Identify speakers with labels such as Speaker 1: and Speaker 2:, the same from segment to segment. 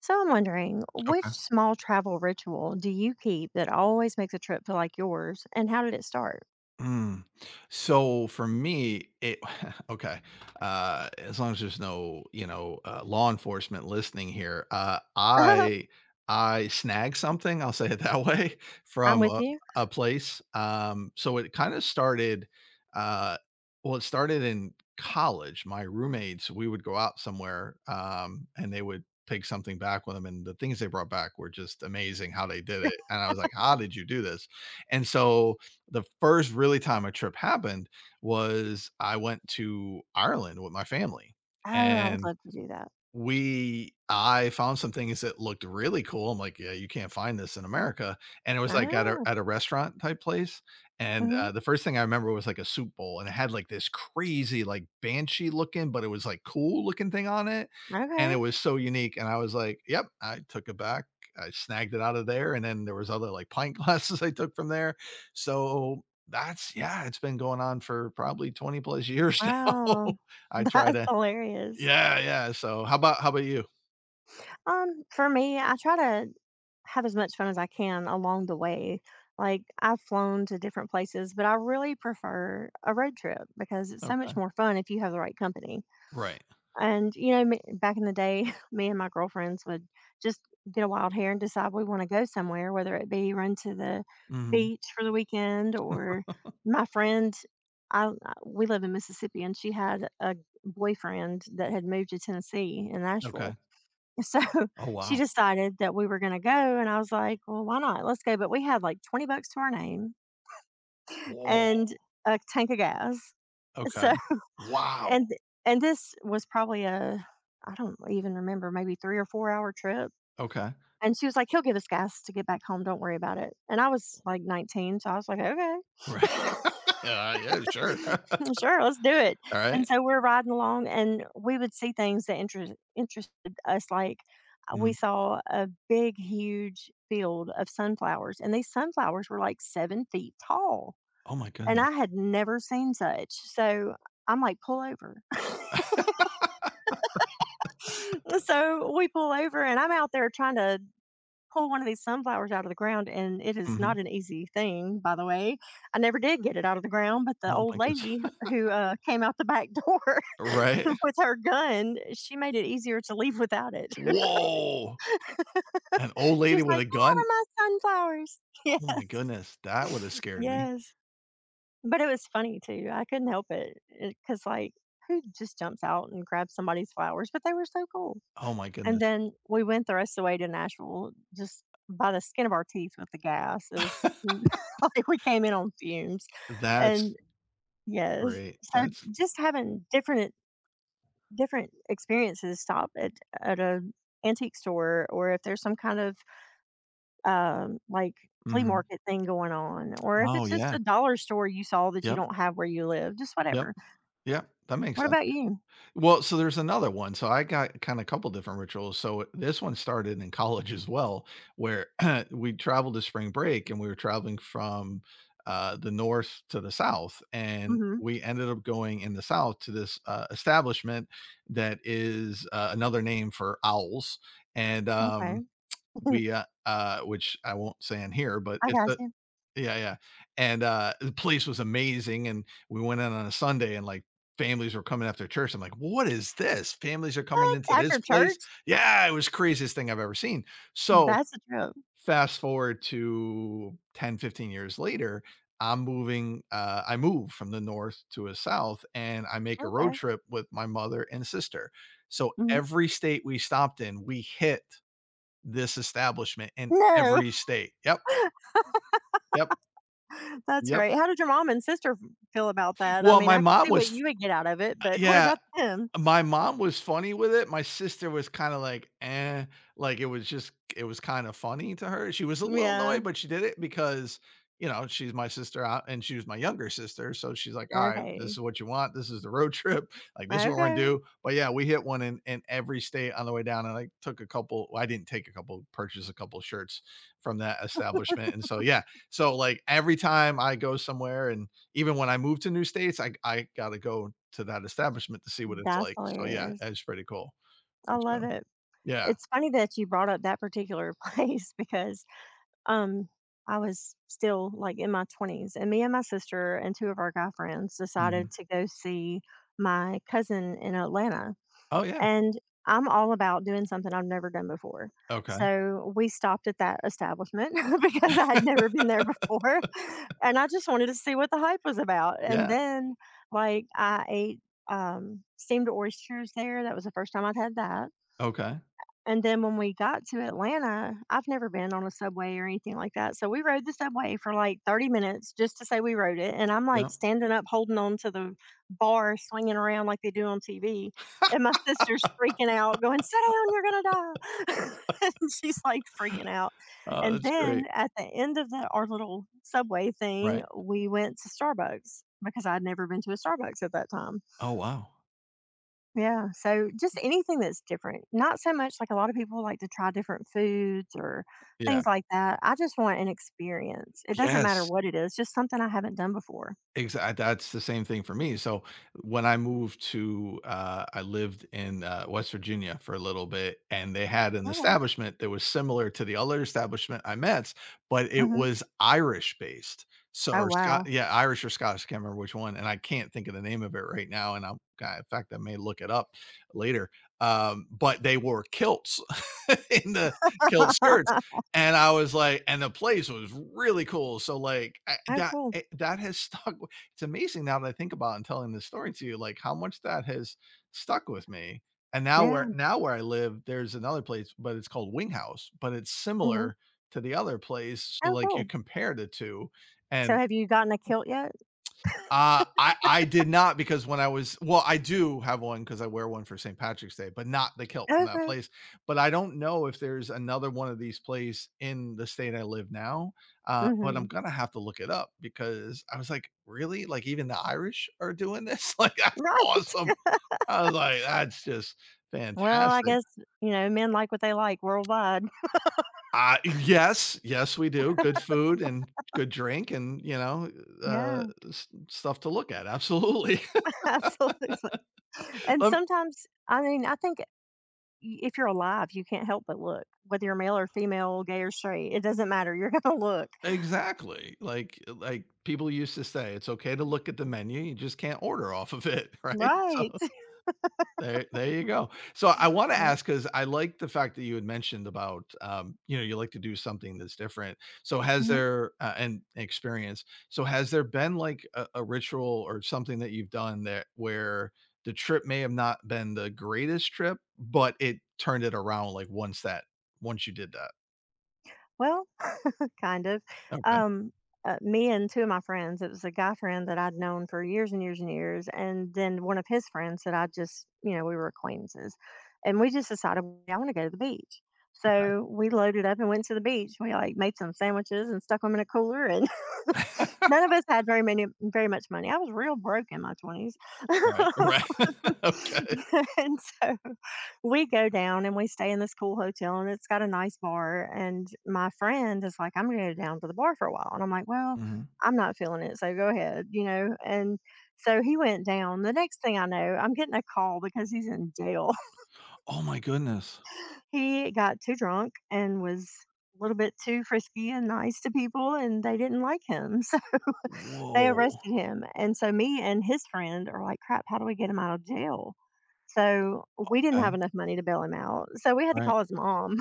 Speaker 1: So I'm wondering, which
Speaker 2: Okay.
Speaker 1: small travel ritual do you keep that always makes a trip feel like yours, and how did it start?
Speaker 2: Mm. So for me, it okay. As long as there's no, law enforcement listening here,
Speaker 1: Oh,
Speaker 2: I snag something. I'll say it that way
Speaker 1: I'm
Speaker 2: from
Speaker 1: with
Speaker 2: a,
Speaker 1: you.
Speaker 2: a place. So it kind of started. Uh, well, it started in college. My roommates, we would go out somewhere, and they would take something back with them, and the things they brought back were just amazing. How they did it, and I was like, "How did you do this?" And so the first really time a trip happened was I went to Ireland with my family,
Speaker 1: Oh, I would
Speaker 2: and
Speaker 1: love to do that.
Speaker 2: we I found some things that looked really cool. I'm like, "Yeah, you can't find this in America," and it was, like, at a
Speaker 1: Oh,
Speaker 2: at a restaurant type place, and,
Speaker 1: hmm,
Speaker 2: the first thing I remember was, like, a soup bowl, and it had, like, this crazy, like, banshee looking, but it was, like, cool looking thing on it, and it
Speaker 1: okay.
Speaker 2: was so unique, and I was like, "Yep." I took it back, I snagged it out of there, and then there was other, like, pint glasses I took from there, so that's yeah, it's been going on for probably 20 plus years now.
Speaker 1: Wow,
Speaker 2: I try
Speaker 1: that's
Speaker 2: to
Speaker 1: hilarious.
Speaker 2: yeah, yeah, so how about you?
Speaker 1: For me, I try to have as much fun as I can along the way. Like, I've flown to different places, but I really prefer a road trip because it's so
Speaker 2: Okay.
Speaker 1: much more fun if you have the right company.
Speaker 2: Right.
Speaker 1: And, you know, me back in the day, me and my girlfriends would just get a wild hair and decide we wanna go somewhere, whether it be run to the
Speaker 2: Mhm.
Speaker 1: beach for the weekend or my friend I we live in Mississippi, and she had a boyfriend that had moved to Tennessee in Nashville.
Speaker 2: Okay.
Speaker 1: So,
Speaker 2: Oh,
Speaker 1: she
Speaker 2: wow.
Speaker 1: decided that we were gonna go, and I was like, "Well, why not? Let's go." But we had, like, 20 bucks to our name
Speaker 2: Whoa.
Speaker 1: and a tank of gas.
Speaker 2: Okay.
Speaker 1: So
Speaker 2: Wow.
Speaker 1: and this was probably a I don't even remember, maybe 3 or 4-hour trip,
Speaker 2: Okay.
Speaker 1: and she was like, "He'll give us gas to get back home, don't worry about it." And I was, like, 19, so I was like, "Okay.
Speaker 2: Right. Yeah, yeah, sure.
Speaker 1: Sure, let's do it." And
Speaker 2: Alright.
Speaker 1: so we're riding along, and we would see things that interested us, like, we
Speaker 2: Mhm.
Speaker 1: saw a big, huge field of sunflowers, and these sunflowers were, like, 7 feet tall,
Speaker 2: Oh my
Speaker 1: and
Speaker 2: goodness.
Speaker 1: I had never seen such, so I'm like, "Pull over." So we pull over, and I'm out there trying to pull one of these sunflowers out of the ground, and it is
Speaker 2: Mhm.
Speaker 1: not an easy thing, by the way. I never did get it out of the ground, but the
Speaker 2: Oh
Speaker 1: old
Speaker 2: my goodness.
Speaker 1: lady who came out the back door
Speaker 2: Right?
Speaker 1: with her gun, she made it easier to leave without it.
Speaker 2: Whoa. An old
Speaker 1: She
Speaker 2: lady
Speaker 1: was
Speaker 2: with
Speaker 1: like,
Speaker 2: a
Speaker 1: "Get out
Speaker 2: gun?
Speaker 1: of my sunflowers!"
Speaker 2: Oh my goodness, that would've
Speaker 1: Yeah,
Speaker 2: scared me.
Speaker 1: yes, but it was funny too. I couldn't help it because, like, who just jumps out and grabs somebody's flowers? But they were so cool.
Speaker 2: Oh my
Speaker 1: And
Speaker 2: goodness.
Speaker 1: then we went the rest of the way to Nashville just by the skin of our teeth with the gas. It was like we came in on fumes.
Speaker 2: That's
Speaker 1: And yes,
Speaker 2: great.
Speaker 1: so
Speaker 2: That's
Speaker 1: just having different experiences, stop at a antique store, or if there's some kind of like flea
Speaker 2: mhm.
Speaker 1: market thing going on, or if
Speaker 2: Oh,
Speaker 1: it's just
Speaker 2: yeah.
Speaker 1: a dollar store you saw that you
Speaker 2: Yep,
Speaker 1: don't have where you live, just
Speaker 2: yep,
Speaker 1: whatever.
Speaker 2: yep. That makes
Speaker 1: What
Speaker 2: sense.
Speaker 1: about you?
Speaker 2: Well, so there's another one. So I got kind of a couple different rituals. So this one started in college as well, where we traveled to spring break and we were traveling from the north to the south. And
Speaker 1: Hmm,
Speaker 2: we ended up going in the south to this establishment that is another name for owls. And
Speaker 1: okay.
Speaker 2: we, which I won't say in here, but
Speaker 1: I
Speaker 2: it's
Speaker 1: got you.
Speaker 2: yeah, yeah, and, the place was amazing, and we went in on a Sunday, and, like, families were coming after church. I'm like, "What is this? Families are coming
Speaker 1: What,
Speaker 2: into this
Speaker 1: after
Speaker 2: place?"
Speaker 1: church?
Speaker 2: Yeah, it was craziest thing I've ever seen. So,
Speaker 1: That's a trip.
Speaker 2: fast forward to 10, 15 years later, I'm moving, I move from the north to a south, and I make a road
Speaker 1: Okay.
Speaker 2: trip with my mother and sister. So,
Speaker 1: Mhm.
Speaker 2: every state we stopped in, we hit this establishment in
Speaker 1: No,
Speaker 2: every state. Yep, yep,
Speaker 1: that's
Speaker 2: yep.
Speaker 1: right. How did your mom and sister feel about that? I
Speaker 2: Well,
Speaker 1: mean,
Speaker 2: my
Speaker 1: I could
Speaker 2: mom
Speaker 1: see what
Speaker 2: was
Speaker 1: you would get out of it, but what
Speaker 2: Yeah,
Speaker 1: about them?
Speaker 2: my mom was funny with it, my sister was kinda like, "Eh," like, it was just it was kinda funny to her, she was a little
Speaker 1: Yeah.
Speaker 2: annoyed, but she did it because, you know, she's my sister out and she was my younger sister, so she's like, "Alright, this
Speaker 1: Okay.
Speaker 2: is what you want, this is the road trip, like, this is what we're gonna
Speaker 1: Okay.
Speaker 2: do," but yeah, we hit one in every state on the way down, and I took a couple well, I didn't take a couple, Purchase a couple shirts from that establishment, and so, yeah, so, like, every time I go somewhere and even when I moved to new states, I gotta go to that establishment to see what it's
Speaker 1: That's
Speaker 2: like. So, yeah,
Speaker 1: hilarious.
Speaker 2: it's pretty cool.
Speaker 1: I
Speaker 2: It's,
Speaker 1: love it.
Speaker 2: yeah.
Speaker 1: It's funny that you brought up that particular place because, um, I was still, like, in my 20s, and me and my sister and 2 of our guy friends decided
Speaker 2: Mhm.
Speaker 1: to go see my cousin in Atlanta.
Speaker 2: Oh, yeah.
Speaker 1: And I'm all about doing something I've never done before.
Speaker 2: Okay.
Speaker 1: So we stopped at that establishment because I had never been there before. And I just wanted to see what the hype was about. And
Speaker 2: Yeah.
Speaker 1: then, like, I ate steamed oysters there. That was the first time I'd had that.
Speaker 2: Okay.
Speaker 1: And then when we got to Atlanta, I've never been on a subway or anything like that, so we rode the subway for, like, 30 minutes just to say we rode it, and I'm,
Speaker 2: Yeah.
Speaker 1: like, standing up holding on to the bar, swinging around like they do on TV, and my sister's freaking out going, "Sit down, you're gonna die." And she's, like, freaking out,
Speaker 2: Oh,
Speaker 1: and
Speaker 2: that's
Speaker 1: then
Speaker 2: great.
Speaker 1: at the end of the our little subway thing,
Speaker 2: Right.
Speaker 1: we went to Starbucks because I'd never been to a Starbucks at that time.
Speaker 2: Oh, wow.
Speaker 1: Yeah, so just anything that's different. Not so much like a lot of people like to try different foods or
Speaker 2: Yeah.
Speaker 1: things like that. I just want an experience. It doesn't matter
Speaker 2: Yes.
Speaker 1: what it is, just something I haven't done before.
Speaker 2: Exactly, that's the same thing for me. So, when I moved to, I lived in, West Virginia for a little bit, and they had an
Speaker 1: Alright.
Speaker 2: establishment that was similar to the other establishment I met, but it
Speaker 1: Mhm.
Speaker 2: was Irish-based. So
Speaker 1: Oh,
Speaker 2: or Scott,
Speaker 1: wow.
Speaker 2: yeah, Irish or Scottish, can't remember which one, and I can't think of the name of it right now, and I'm God, in fact, I may look it up later. But they wore kilts in the kilt skirts, and I was like and the place was really cool. So, like, I
Speaker 1: Oh,
Speaker 2: that
Speaker 1: cool.
Speaker 2: eh, that has stuck. It's amazing now that I think about it and telling this story to you, like how much that has stuck with me. And
Speaker 1: Yeah,
Speaker 2: now where I live, there's another place, but it's called Wing House, but it's
Speaker 1: mhm.
Speaker 2: similar to the other place. So
Speaker 1: Oh,
Speaker 2: like you
Speaker 1: cool.
Speaker 2: compare the two,
Speaker 1: So
Speaker 2: and
Speaker 1: have you gotten a kilt yet?
Speaker 2: I did not because when I was well, I do have one because I wear one for St. Patrick's Day, but not the kilt from that
Speaker 1: Okay.
Speaker 2: place. But I don't know if there's another one of these place in the state I live now. But I'm
Speaker 1: Mhm.
Speaker 2: gonna have to look it up because I was like, really? Like even the Irish are doing this? Like that's
Speaker 1: Right.
Speaker 2: awesome. I was like, that's just
Speaker 1: Well, I
Speaker 2: fantastic.
Speaker 1: guess, you know, men like what they like worldwide.
Speaker 2: Yes, yes, we do. Good food and good drink and you know,
Speaker 1: Yeah,
Speaker 2: stuff to look at. Absolutely.
Speaker 1: absolutely. And sometimes, I mean, I think if you're alive, you can't help but look. Whether you're male or female, gay or straight, it doesn't matter. You're gonna look.
Speaker 2: Exactly. Like people used to say, "It's okay to look at the menu, you just can't order off of it," right? So
Speaker 1: Right.
Speaker 2: there you go. So I wanna ask
Speaker 1: Yep.
Speaker 2: ask because I like the fact that you had mentioned about, you know, you like to do something that's different. So has
Speaker 1: Mhm.
Speaker 2: there and experience. So has there been like a ritual or something that you've done that where the trip may have not been the greatest trip, but it turned it around like once that once you did that?
Speaker 1: Well, kind of.
Speaker 2: Okay.
Speaker 1: Um, Me and two of my friends. It was a guy friend that I'd known for years and years and years, and then one of his friends that I just, you know, we were acquaintances, and we just decided, "Hey, I want to go to the beach. So we loaded up and went to the beach. We like made some sandwiches and stuck them in a cooler, and none of us had very much money. I was real broke in my twenties.
Speaker 2: Right. Right. Okay.
Speaker 1: And so we go down and we stay in this cool hotel and it's got a nice bar. And my friend is like, I'm going to go down to the bar for a while. And I'm like, well,
Speaker 2: Mhm.
Speaker 1: I'm not feeling it. So go ahead, you know. And so he went down. The next thing I know, I'm getting a call because he's in jail.
Speaker 2: Oh my goodness.
Speaker 1: He got too drunk and was a little bit too frisky and nice to people and they didn't like him. So they
Speaker 2: Whoa!
Speaker 1: arrested him. And so me and his friend are like, crap, how do we get him out of jail? So we didn't have
Speaker 2: Okay.
Speaker 1: enough money to bail him out. So we had to
Speaker 2: Right.
Speaker 1: call his mom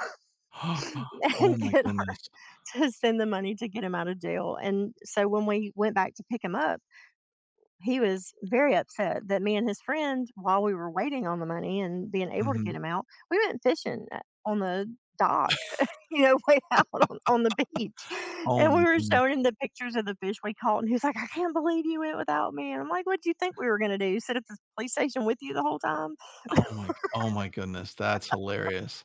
Speaker 2: Oh
Speaker 1: and
Speaker 2: my
Speaker 1: get her
Speaker 2: goodness.
Speaker 1: to send the money to get him out of jail. And so when we went back to pick him up, he was very upset that me and his friend, while we were waiting on the money and being able to get
Speaker 2: Mhm.
Speaker 1: him out, we went on the dock, you know, way out on the beach.
Speaker 2: Oh
Speaker 1: And we
Speaker 2: my
Speaker 1: were
Speaker 2: goodness.
Speaker 1: showing him the pictures of the fish we caught. And he was like, I can't believe you went without me. And I'm like, what do you think we were going to do? Sit at the police station with you the whole time?
Speaker 2: Oh my oh my goodness. That's hilarious.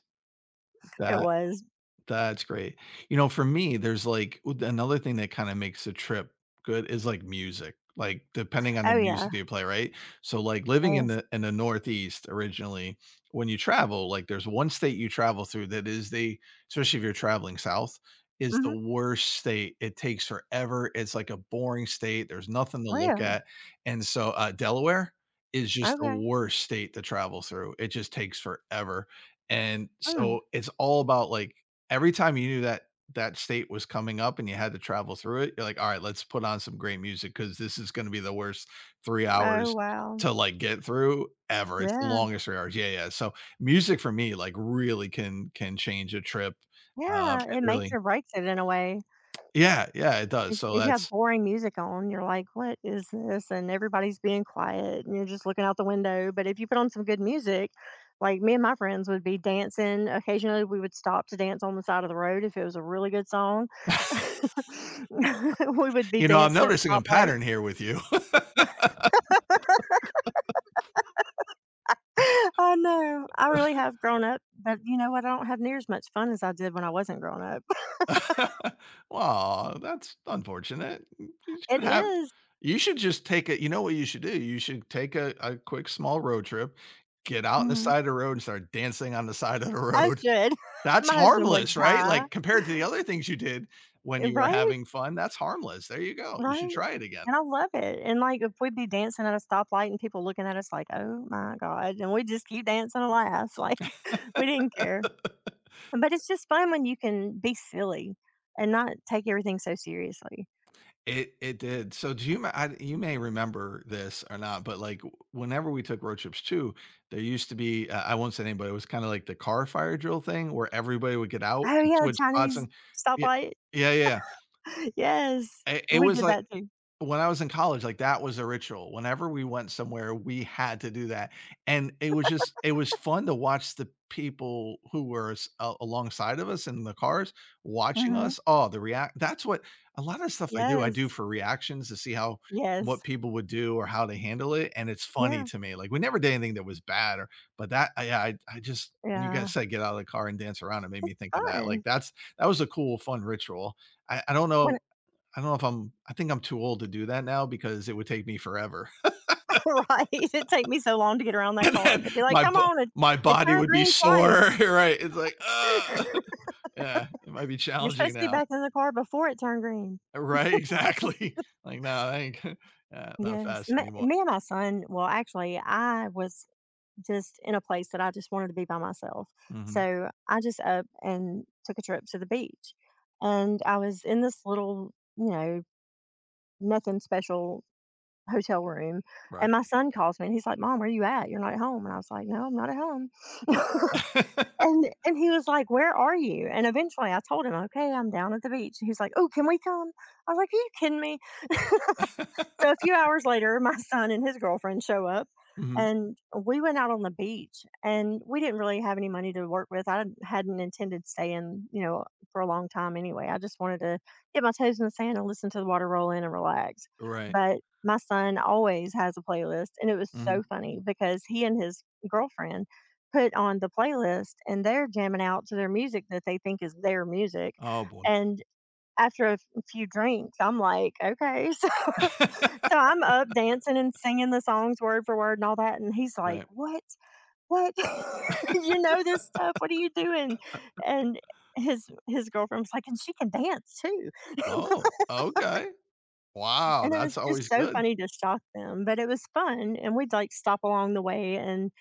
Speaker 1: It
Speaker 2: That
Speaker 1: was.
Speaker 2: That's great. You know, for me, there's like w- another thing that kind of makes the trip good is like music. Like depending on the
Speaker 1: Oh, yeah.
Speaker 2: music you play, right? So like living
Speaker 1: Yes.
Speaker 2: in the Northeast originally, when you travel, like there's one state you travel through that is the especially if you're traveling south, is the
Speaker 1: Mhm.
Speaker 2: worst state. It takes forever. It's like a boring state. There's nothing to look
Speaker 1: Really?
Speaker 2: at. And so Delaware is just the
Speaker 1: Okay.
Speaker 2: worst state to travel through. It just takes forever. And
Speaker 1: Mm.
Speaker 2: so it's all about like every time you knew that that state was coming up and you had to travel through it, you're like, "Alright, let's put on some great music because this is gonna be the worst 3
Speaker 1: Oh,
Speaker 2: hours
Speaker 1: wow.
Speaker 2: to, like, get through ever." It's the
Speaker 1: Yeah.
Speaker 2: longest 3 hours. Yeah, yeah. So, music for me, like, really can change a trip,
Speaker 1: Yeah,
Speaker 2: and
Speaker 1: it makes
Speaker 2: really
Speaker 1: or breaks it in a way.
Speaker 2: yeah, yeah, it does. So
Speaker 1: If you have
Speaker 2: that's
Speaker 1: boring music on, you're like, "What is this?" And everybody's being quiet, and you're just looking out the window, but if you put on some good music, like, me and my friends would be dancing. Occasionally, we would stop to dance on the side of the road if it was a really good song. We would be
Speaker 2: you know, I'm
Speaker 1: dancing at
Speaker 2: noticing a
Speaker 1: stoplights.
Speaker 2: pattern here with you.
Speaker 1: I know. I really have grown up, but you know what? I don't have near as much fun as I did when I wasn't grown up.
Speaker 2: Aw, that's unfortunate. You
Speaker 1: It
Speaker 2: should have
Speaker 1: is.
Speaker 2: You should just take it. You know what you should do? You should take a quick small road trip, get out on the
Speaker 1: Mm.
Speaker 2: side of the road and start dancing on the side of the
Speaker 1: I
Speaker 2: road.
Speaker 1: should.
Speaker 2: That's
Speaker 1: My husband would
Speaker 2: harmless, right?
Speaker 1: die.
Speaker 2: Like, compared to the other things you did when
Speaker 1: Eh,
Speaker 2: you were
Speaker 1: right?
Speaker 2: having fun, that's harmless. There you go. You should
Speaker 1: Right?
Speaker 2: try it again.
Speaker 1: And I love it, and, like, if we'd be dancing at a stoplight and people looking at us like, "Oh my god," and we just keep dancing and laugh, like, we didn't care. But it's just fun when you can be silly and not take everything so seriously.
Speaker 2: It did. So do you m I you may remember this or not, but, like, w- whenever we took road trips too, there used to be I won't say anybody. It was kinda like the car fire drill thing where everybody would get out
Speaker 1: Oh,
Speaker 2: and
Speaker 1: yeah,
Speaker 2: switch spots
Speaker 1: Chinese
Speaker 2: and yeah.
Speaker 1: stoplight.
Speaker 2: Yeah, yeah.
Speaker 1: Yes.
Speaker 2: It
Speaker 1: We
Speaker 2: was
Speaker 1: did
Speaker 2: like
Speaker 1: that too.
Speaker 2: when I was in college, like, that was a ritual. Whenever we went somewhere, we had to do that, and it was just it was fun to watch the people who were s a alongside of us in the cars watching
Speaker 1: Mhm.
Speaker 2: us. Oh, the react that's what a lot of stuff I
Speaker 1: Yes.
Speaker 2: do for reactions to see how
Speaker 1: Yes.
Speaker 2: what people would do or how they handle it, and it's funny
Speaker 1: Yeah.
Speaker 2: to me. Like, we never did anything that was bad or but that I yeah, I just when you guys
Speaker 1: Yeah.
Speaker 2: said get out of the car and dance around, it made me
Speaker 1: It's
Speaker 2: think of that. Like,
Speaker 1: fun.
Speaker 2: that's that was a cool, fun ritual. I don't
Speaker 1: When
Speaker 2: know I don't know if I'm I think I'm too old to do that now because it would take me forever.
Speaker 1: right, it'd take me so long to get around that
Speaker 2: And
Speaker 1: car.
Speaker 2: then
Speaker 1: They'd be like, "Come on,
Speaker 2: my
Speaker 1: it
Speaker 2: body
Speaker 1: turned
Speaker 2: would be
Speaker 1: green twice.
Speaker 2: sore, right? It's like, "Ugh." Yeah, it might be
Speaker 1: You're
Speaker 2: challenging
Speaker 1: supposed to be
Speaker 2: now.
Speaker 1: back in the car before it turned green."
Speaker 2: Right, exactly. Like, "No, I ain't yeah, not
Speaker 1: Yes,
Speaker 2: fast
Speaker 1: me
Speaker 2: anymore."
Speaker 1: me and my son well, actually, I was just in a place that I just wanted to be by myself.
Speaker 2: Mhm,
Speaker 1: So, I just up and took a trip to the beach, and I was in this little, you know, nothing special hotel room,
Speaker 2: right.
Speaker 1: and my son calls me, and he's like, "Mom, where you at? You're not at home." And I was like, "No, I'm not at home." And he was like, "Where are you?" And eventually I told him, "Okay, I'm down at the beach." And he was like, "Oh, can we come?" I was like, "Are you kidding me?" So a few hours later, my son and his girlfriend show up,
Speaker 2: Mhm,
Speaker 1: and we went out on the beach. And we didn't really have any money to work with. I hadn't intended staying, you know, for a long time anyway. I just wanted to get my toes in the sand and listen to the water roll in and relax.
Speaker 2: right,
Speaker 1: But my son always has a playlist, and it was
Speaker 2: mhm.
Speaker 1: so funny because he and his girlfriend put on the playlist and they're jamming out to their music that they think is their music.
Speaker 2: Oh, boy,
Speaker 1: And after a f- few drinks, I'm like, okay, so I'm up dancing and singing the songs word for word and all that, and he's like,
Speaker 2: right.
Speaker 1: "What? What? You know this stuff? What are you doing?" And his girlfriend's like, "And she can dance too."
Speaker 2: Oh, okay. Wow,
Speaker 1: And it was
Speaker 2: that's
Speaker 1: just
Speaker 2: always
Speaker 1: so
Speaker 2: good.
Speaker 1: funny to shock them, but it was fun, and we'd, like, stop along the way and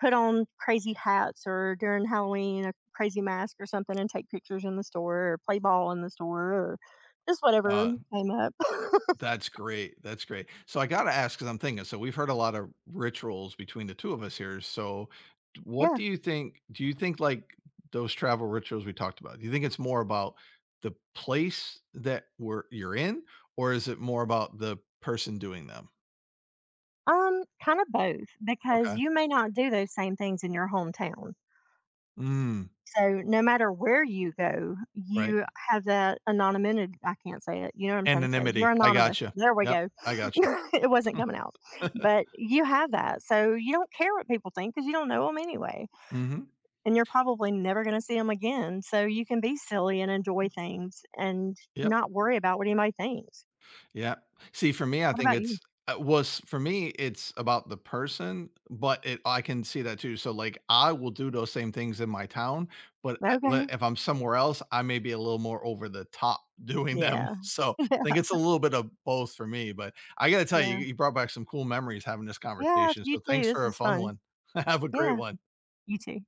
Speaker 1: put on crazy hats or during Halloween, a crazy mask or something and take pictures in the store or play ball in the store or just whatever
Speaker 2: Uh
Speaker 1: came up.
Speaker 2: That's great. That's great. So I gotta ask, because 'cause I'm thinking, so we've heard a lot of rituals between the 2 of us here. So d what
Speaker 1: Yeah.
Speaker 2: do you think, like, those travel rituals we talked about, do you think it's more about the place that we're you're in, or is it more about the person doing them?
Speaker 1: Kind of both because
Speaker 2: Okay.
Speaker 1: you may not do those same things in your hometown.
Speaker 2: Mm,
Speaker 1: So no matter where you go,
Speaker 2: right.
Speaker 1: you have that anonymity. I can't say it. You know what I'm trying to say.
Speaker 2: Anonymity.
Speaker 1: You're
Speaker 2: I
Speaker 1: anonymous.
Speaker 2: gotcha.
Speaker 1: There we
Speaker 2: Yep.
Speaker 1: go.
Speaker 2: I gotcha.
Speaker 1: It wasn't coming out, but you have that. So you don't care what people think because you don't know them anyway,
Speaker 2: Mhm.
Speaker 1: and you're probably never going to see them again. So you can be silly and enjoy things and
Speaker 2: Yep.
Speaker 1: not worry about what anybody thinks.
Speaker 2: Yeah. See, for me, I
Speaker 1: What
Speaker 2: think
Speaker 1: about you?
Speaker 2: it's was for me, it's about the person, but it I can see that too. So, like, I will do those same things in my town, but
Speaker 1: Okay.
Speaker 2: if I'm somewhere else, I may be a little more over the top doing them.
Speaker 1: Yeah.
Speaker 2: So, I think it's a little bit of both for me. But I got to tell you,
Speaker 1: Yeah.
Speaker 2: you brought back some cool memories having this
Speaker 1: Yeah.
Speaker 2: conversation.
Speaker 1: You
Speaker 2: So,
Speaker 1: too.
Speaker 2: thanks
Speaker 1: This
Speaker 2: for a
Speaker 1: is
Speaker 2: fun
Speaker 1: fun.
Speaker 2: one. Have a great
Speaker 1: Yeah.
Speaker 2: one.
Speaker 1: You too.